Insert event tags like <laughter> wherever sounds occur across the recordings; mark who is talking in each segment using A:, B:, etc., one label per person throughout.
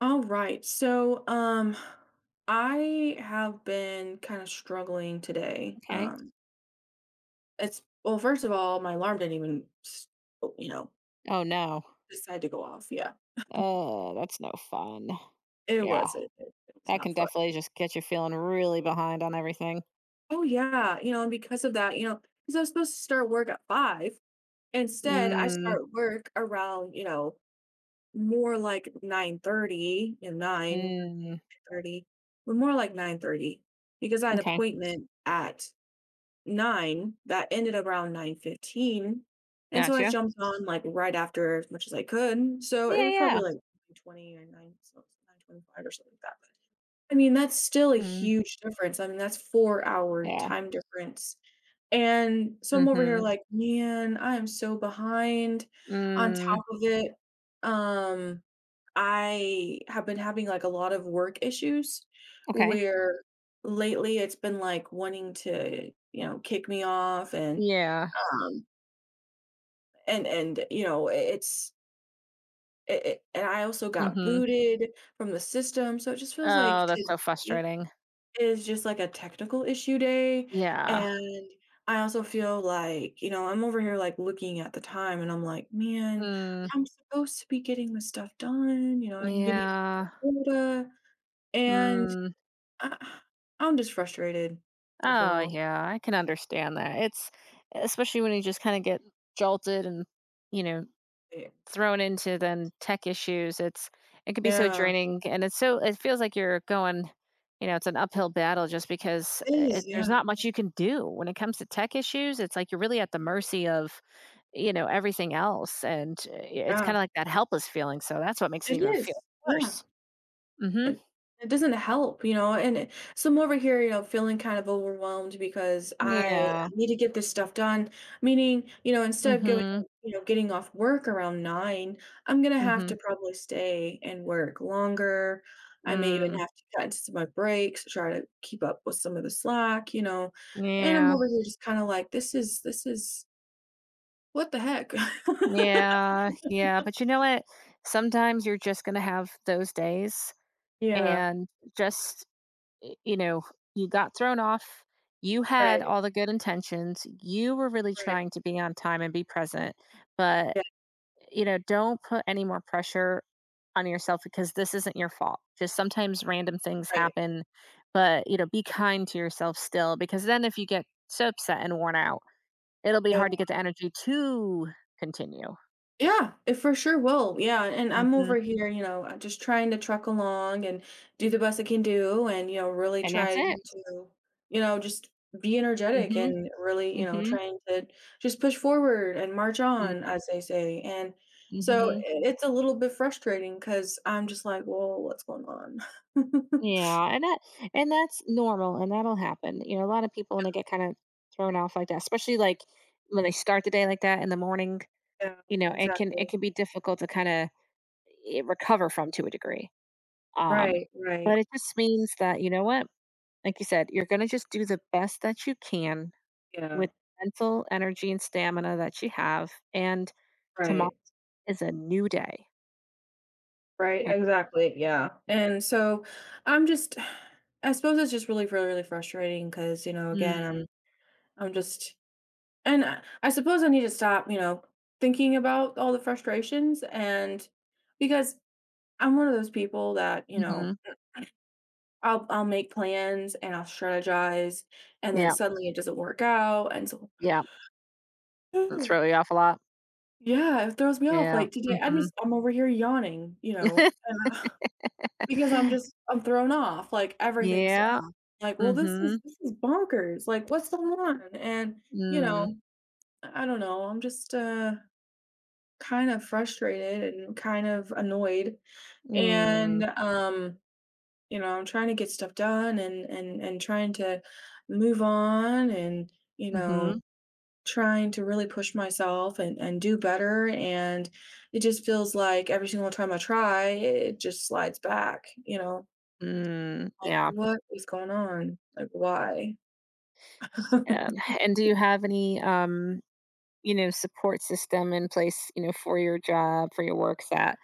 A: All right. So, I have been kind of struggling today.
B: Okay.
A: It's, well, first of all, my alarm didn't even, oh, you know,
B: Oh no.
A: decide to go off. Yeah,
B: Oh, that's no fun.
A: it
B: Yeah,
A: was. It's
B: that
A: not
B: can
A: fun.
B: definitely just get you feeling really behind on everything.
A: Oh yeah, and because of that, because I was supposed to start work at 5, instead I
B: Mm,
A: start work around, more like 9:30 and nine
B: mm,
A: thirty, but more like 9:30 because I had an
B: okay,
A: appointment at 9 that ended around 9:15, and so I
B: gotcha.
A: jumped on, like, right after as much as I could, so it
B: Yeah,
A: was
B: yeah.
A: probably, like, 9:20 or 9 so 9:25 or something like that. I mean, that's still a
B: Mm,
A: huge difference. I mean, that's four-hour
B: yeah.
A: time difference, and so I'm over here
B: Mm-hmm.
A: like, "Man, I am so behind on
B: Mm,
A: top of it." Um I have been having like a lot of work issues
B: okay.
A: where lately it's been like wanting to, kick me off, and
B: Yeah.
A: um and and I also got
B: Mm-hmm.
A: booted from the system, so it just feels
B: Oh,
A: like
B: that's so
A: today
B: frustrating.
A: is just like a technical issue day.
B: Yeah.
A: And I also feel like, I'm over here like looking at the time and I'm like, man,
B: Mm,
A: I'm supposed to be getting this stuff done, I'm getting
B: yeah.
A: quota. And
B: Mm,
A: I I'm just frustrated
B: oh,
A: overall.
B: yeah. I can understand that. It's Especially when you just kind of get jolted and, you know,
A: Y
B: thrown into then tech issues, it could be so
A: yeah,
B: draining and it feels like you're going, it's an uphill battle just because
A: please, yeah,
B: there's not much you can do when it comes to tech issues. It's like you're really at the mercy of, everything else and it's
A: yeah.
B: kind of like that helpless feeling. So that's what makes
A: It
B: it even feel
A: is, yeah.
B: worse. Mhm.
A: It it doesn't help, and it so I'm over here, feeling kind of overwhelmed because I
B: Yeah.
A: I need to get this stuff done, meaning, instead of
B: Mhm.
A: getting off work around 9, I'm gonna have
B: Mhm.
A: to probably stay and work longer. I may even
B: Mm.
A: have to cut into some of my breaks, try to keep up with some of the slack, and I'm
B: Yeah.
A: over here just kinda like, this is "What the heck?" <laughs>
B: Yeah. Yeah, but you know what? Sometimes you're just going to have those days,
A: Yeah.
B: and just y- you know, you got thrown off. You had
A: Right,
B: all the good intentions. You were really
A: right,
B: trying to be on time and be present, but
A: yeah,
B: don't put any more pressure on yourself because this isn't your fault. Just sometimes random things
A: right.
B: happen, but be kind to yourself still because then if you get so upset and worn out, it'll be
A: Yeah.
B: hard to get the energy to continue.
A: Yeah, it for sure will, yeah, and I'm
B: Hmm.
A: over here, just trying to truck along and do the best I can do and, really
B: And that's
A: try
B: it.
A: to, just be energetic
B: Hmm.
A: and really,
B: Hmm.
A: trying to just push forward and march on, as they say. And so I
B: Hmm.
A: it's a little bit frustrating because 'cause I'm just like, "Well, what's going on?" <laughs>
B: Yeah, and that's normal and that'll happen. A lot of people and they get kind of thrown off like that, especially like when they start the day like that in the morning.
A: Yeah,
B: It can
A: exactly.
B: it can be difficult to kind of recover from to a degree. Um,
A: Right, right.
B: but it just means that, you know what? Like you said, you're going to just do the best that you can
A: Yeah,
B: with mental energy and stamina that you have, and tomorrow
A: right.
B: is a new day.
A: Right, yeah, exactly. Yeah. And so I'm just I suppose it's just really, really, really frustrating because, again, I'm just and I suppose I need to stop, thinking about all the frustrations, and because I'm one of those people that,
B: Mm-hmm.
A: I'll make plans and I'll strategize, and then
B: Yeah.
A: suddenly it doesn't work out, and so
B: Yeah. That's really
A: <gasps>
B: off a lot.
A: yeah, it throws me off.
B: Yeah.
A: Like today
B: Hmm.
A: I'm over here yawning, you know.
B: <laughs>
A: uh, <sighs> because
B: <laughs>
A: I'm thrown off. Like
B: Ja,
A: "Well, this is
B: mhm,
A: this is bonkers, like, what's going on?" And, you
B: mm,
A: know, I don't know, I'm just, kind of frustrated and kind of annoyed,
B: mm,
A: and, I'm trying to get stuff done, and trying to move on, and,
B: mhm,
A: trying to really push myself and do better, and it just feels like every single time I try, it just slides back, you know?
B: mm,
A: Like,
B: yeah,
A: "What is going on? Like, why?" <laughs>
B: and and do you have any, support system in place, for your job, for your work that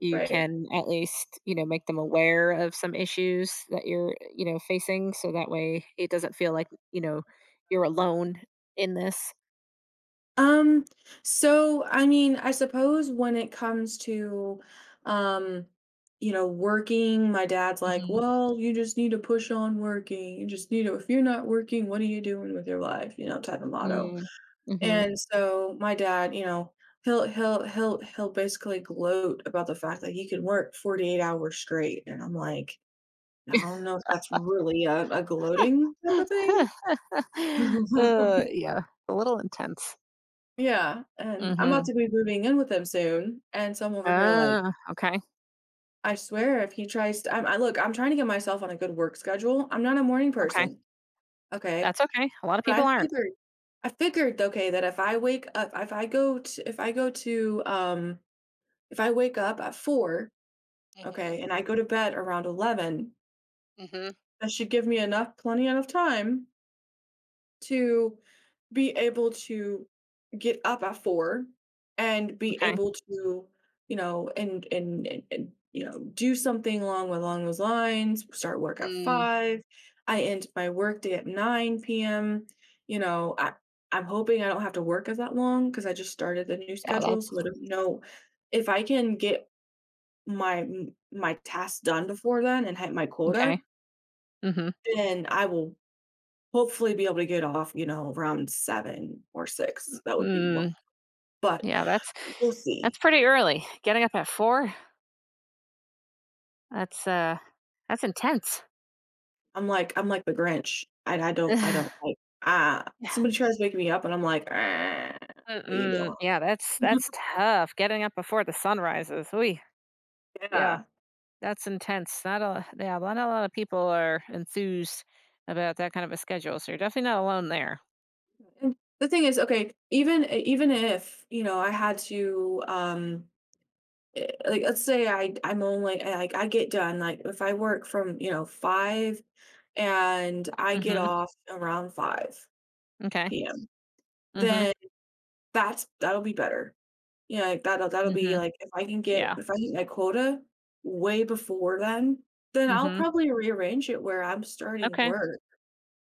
B: you
A: Right.
B: can at least, make them aware of some issues that you're, facing, so that way it doesn't feel like, you're alone in this?
A: Um, so I mean, I suppose when it comes to, um, working, my dad's like,
B: Mhm,
A: "Well, you just need to push on working. You just need to, if you're not working, what are you doing with your life?" Type of motto.
B: mm, mhm.
A: And so my dad, he'll basically gloat about the fact that he can work 48 hours straight. And I'm like, I don't know if that's really a gloating type of thing.
B: <laughs>
A: <laughs>
B: Yeah, a little intense.
A: Yeah. And I'm about
B: Mhm.
A: to be moving in with him soon, and so I'm over here like,
B: Ah, okay,
A: I swear if he tries to, I'm I look, I'm trying to get myself on a good work schedule. I'm not a morning
B: okay.
A: person, okay?
B: That's okay. A lot of
A: But
B: people aren't.
A: I figured, okay, that if I wake up, if I go to if I go to, if I wake up at 4,
B: Mhm,
A: okay, and I go to bed around 11.
B: mhm.
A: That should give me enough plenty enough time to be able to get up at 4 and be
B: Okay.
A: able to, do something along those lines, start work at
B: Mm,
A: 5. I end my work day at 9 PM. You know, I'm hoping I don't have to work as that long because I just started the new
B: yeah,
A: schedule,
B: that's
A: so I don't know if I can get my my tasks done before then and hit my quota,
B: okay. Mhm.
A: then I will hopefully be able to get off, around 7 or 6. That would be more,
B: Mm,
A: but
B: yeah, that's
A: we'll
B: that's
A: see.
B: pretty early. Getting up at 4? That's, uh, that's intense.
A: I'm like the Grinch. I don't
B: <sighs>
A: like,
B: Yeah.
A: somebody tries to wake me up and I'm like, "Ah, what are you
B: Mm-mm. Yeah,
A: doing?"
B: that's
A: <laughs>
B: tough. Getting up before the sun rises. Ooh, yeah,
A: Yeah.
B: that's intense. Not a yeah, not a lot of people are enthused about that kind of a schedule, so you're definitely not alone there.
A: And the thing is, okay, even if, I had to eh, like, let's say, I I'm only I- like I get done, like, if I work from, 5 and I get
B: Mhm.
A: off around
B: Okay.
A: 5 p.m.
B: Mhm.
A: Then That's That'll be better. Yeah, like, that'll be,
B: Mhm.
A: like,
B: Yeah.
A: if I hit my quota way before then I'll
B: Mhm.
A: probably rearrange it where I'm starting
B: Okay.
A: work,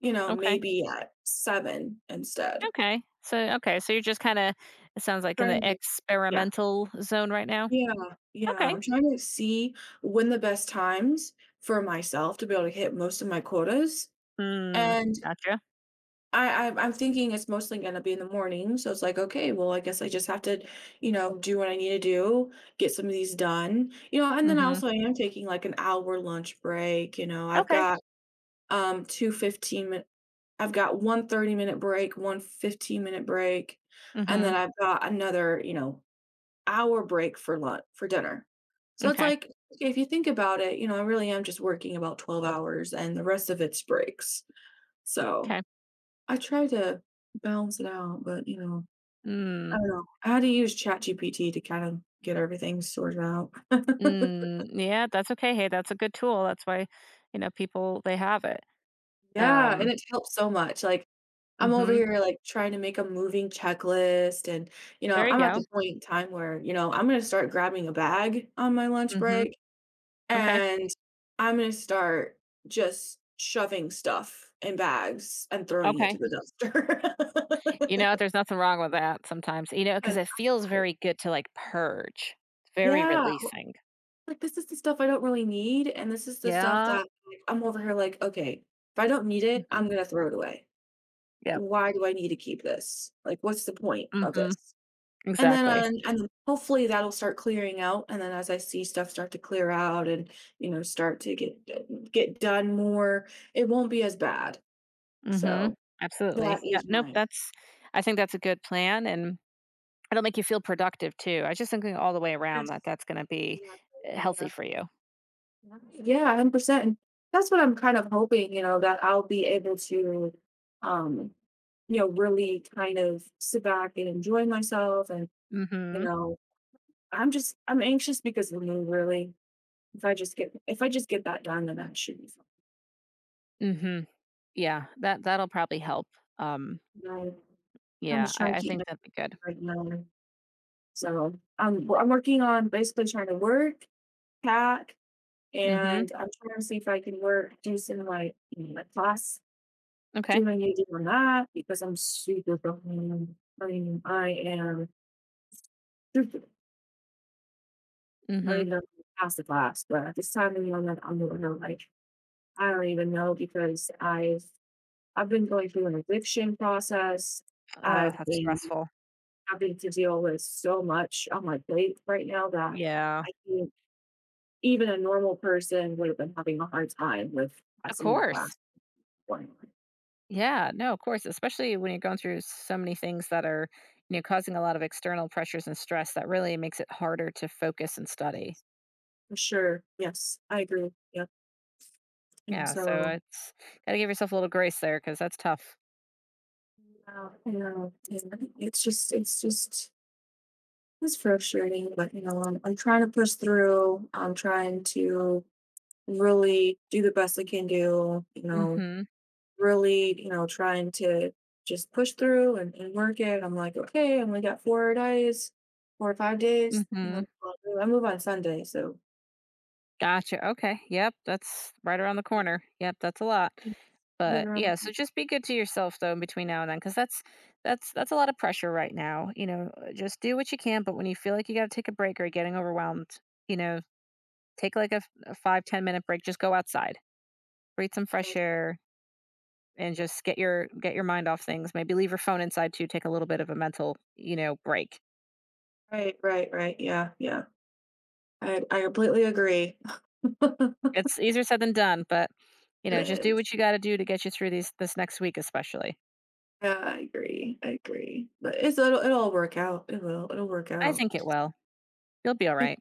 B: Okay.
A: maybe at 7 instead.
B: Okay. So okay, so you're just kinda it sounds like in the
A: Trying to Yeah.
B: experimental zone right now?
A: Yeah, yeah,
B: Okay.
A: I'm trying to see when the best times for myself to be able to hit most of my quotas,
B: Mm,
A: and
B: gotcha.
A: I'm thinking it's mostly gonna be in the morning, so it's like, okay, well, I guess I just have to, do what I need to do, get some of these done, and then
B: Mhm.
A: also I am taking like an hour lunch break. I've
B: Okay.
A: got, two 15-minute, I've got one 30-minute break, one 15-minute break, and then
B: Mhm.
A: I've got another, hour break for lunch, for dinner. So it's
B: Okay.
A: like, okay, if you think about it, I really am just working about 12 hours and the rest of it's breaks. So.
B: Okay.
A: I try to balance it out, but, I
B: Mm.
A: don't know. I had to use ChatGPT to kind of get everything sorted out. <laughs>
B: Mm, yeah, that's okay. Hey, that's a good tool. That's why, people they have it.
A: Yeah, and
B: Um,
A: it's helped so much. Like, I'm over
B: mhm.
A: here, like, trying to make a moving checklist and,
B: There you
A: I'm at the
B: go.
A: point in time where, I'm gonna start grabbing a bag on my lunch
B: Mhm.
A: break,
B: Okay.
A: and I'm gonna start just shoving stuff in bags and throwing it to
B: Okay.
A: the dumpster.
B: There's nothing wrong with that sometimes,
A: <laughs> 'Cause
B: because it feels
A: I—
B: very good to, like, purge. It's very
A: yeah.
B: releasing.
A: Like, this is the stuff I don't really need, and this is the stuff that,
B: Yeah.
A: like, I'm over here like, "Okay, if I don't need it,
B: Mhm.
A: I'm gonna throw it away.
B: Yeah.
A: Why do I need to keep this? Like, what's the point of
B: Mhm.
A: this?"
B: Exactly.
A: And then hopefully that'll start clearing out, and then as I see stuff start to clear out and, start to get, get done more, it won't be as bad.
B: Mhm.
A: So, that
B: Absolutely. Yeah,
A: is
B: nope,
A: mine.
B: that's I think that's a good plan, and it'll make you feel productive too. I just thinking all the way around
A: Yes,
B: that that's gonna be,
A: exactly,
B: healthy
A: yeah.
B: for you.
A: Nice. Yeah, 100%. And that's what I'm kind of hoping, that I'll be able to, um, really kind of sit back and enjoy myself. And, you
B: Mhm.
A: know, I'm just, I'm anxious because of me, really. If I just get that done, then that should be fine.
B: Mhm. Yeah, that that'll probably help. Um,
A: You know, I'm
B: yeah,
A: just trying
B: I
A: to
B: I
A: keep
B: think
A: it
B: that'd be good.
A: right now. So I'm, well, I'm working on basically trying to work, pack,
B: Mhm.
A: and I'm trying to see if I can work, do some like, like class,
B: Okay.
A: doing a deal on that because I'm super broken. I mean, I am super. I don't
B: Mhm.
A: even know if I passed the class, but at this time, I'm not know, like, I don't even know because I've been going through an eviction process.
B: Ugh,
A: I've
B: that's
A: been
B: stressful.
A: having to deal with so much on my plate right now that
B: Yeah.
A: I think even a normal person would have been having a hard time with
B: Of
A: passing the
B: course.
A: class. For
B: Yeah, no, of course, especially when you're going through so many things that are, causing a lot of external pressures and stress that really makes it harder to focus and study.
A: sure. Yes, I agree. Yep. And
B: Yeah, so
A: so—
B: it's gotta give yourself a little grace there because that's tough.
A: wow, I know. Yeah. It's just, it's just, it's frustrating, but you know, I'm trying to push through. I'm trying to really do the best I can do, you
B: Mm.
A: know,
B: Mhm,
A: really, you know, trying to just push through and work it. I'm like, okay, I only got 4 days, four or five
B: mm,
A: days, you know,
B: mhm.
A: I'll— I move on Sunday. So
B: Gotcha, okay, yep, that's right around the
A: <laughs> it
B: corner. Yep, that's a lot.
A: is— it is
B: But,
A: around
B: yeah, so
A: the—
B: just be good to yourself, though, in between now and then, because that's a lot of pressure right now, you know? Just do what you can, but when you feel like you gotta take a break or you're getting overwhelmed, you know, take, like, a 5-10 minute break, just go outside, breathe some fresh
A: right,
B: air, and just get your mind off things. Maybe leave your phone inside too, take a little bit of a mental, break.
A: right, right, right. Yeah, yeah. I completely agree. <laughs>
B: It's easier said than done, but,
A: It
B: just do
A: is.
B: what you gotta do to get you through these this next week especially.
A: Yeah, I agree, but it'll it'll work out, it will, it'll work
B: I
A: out.
B: think it will. You'll be alright.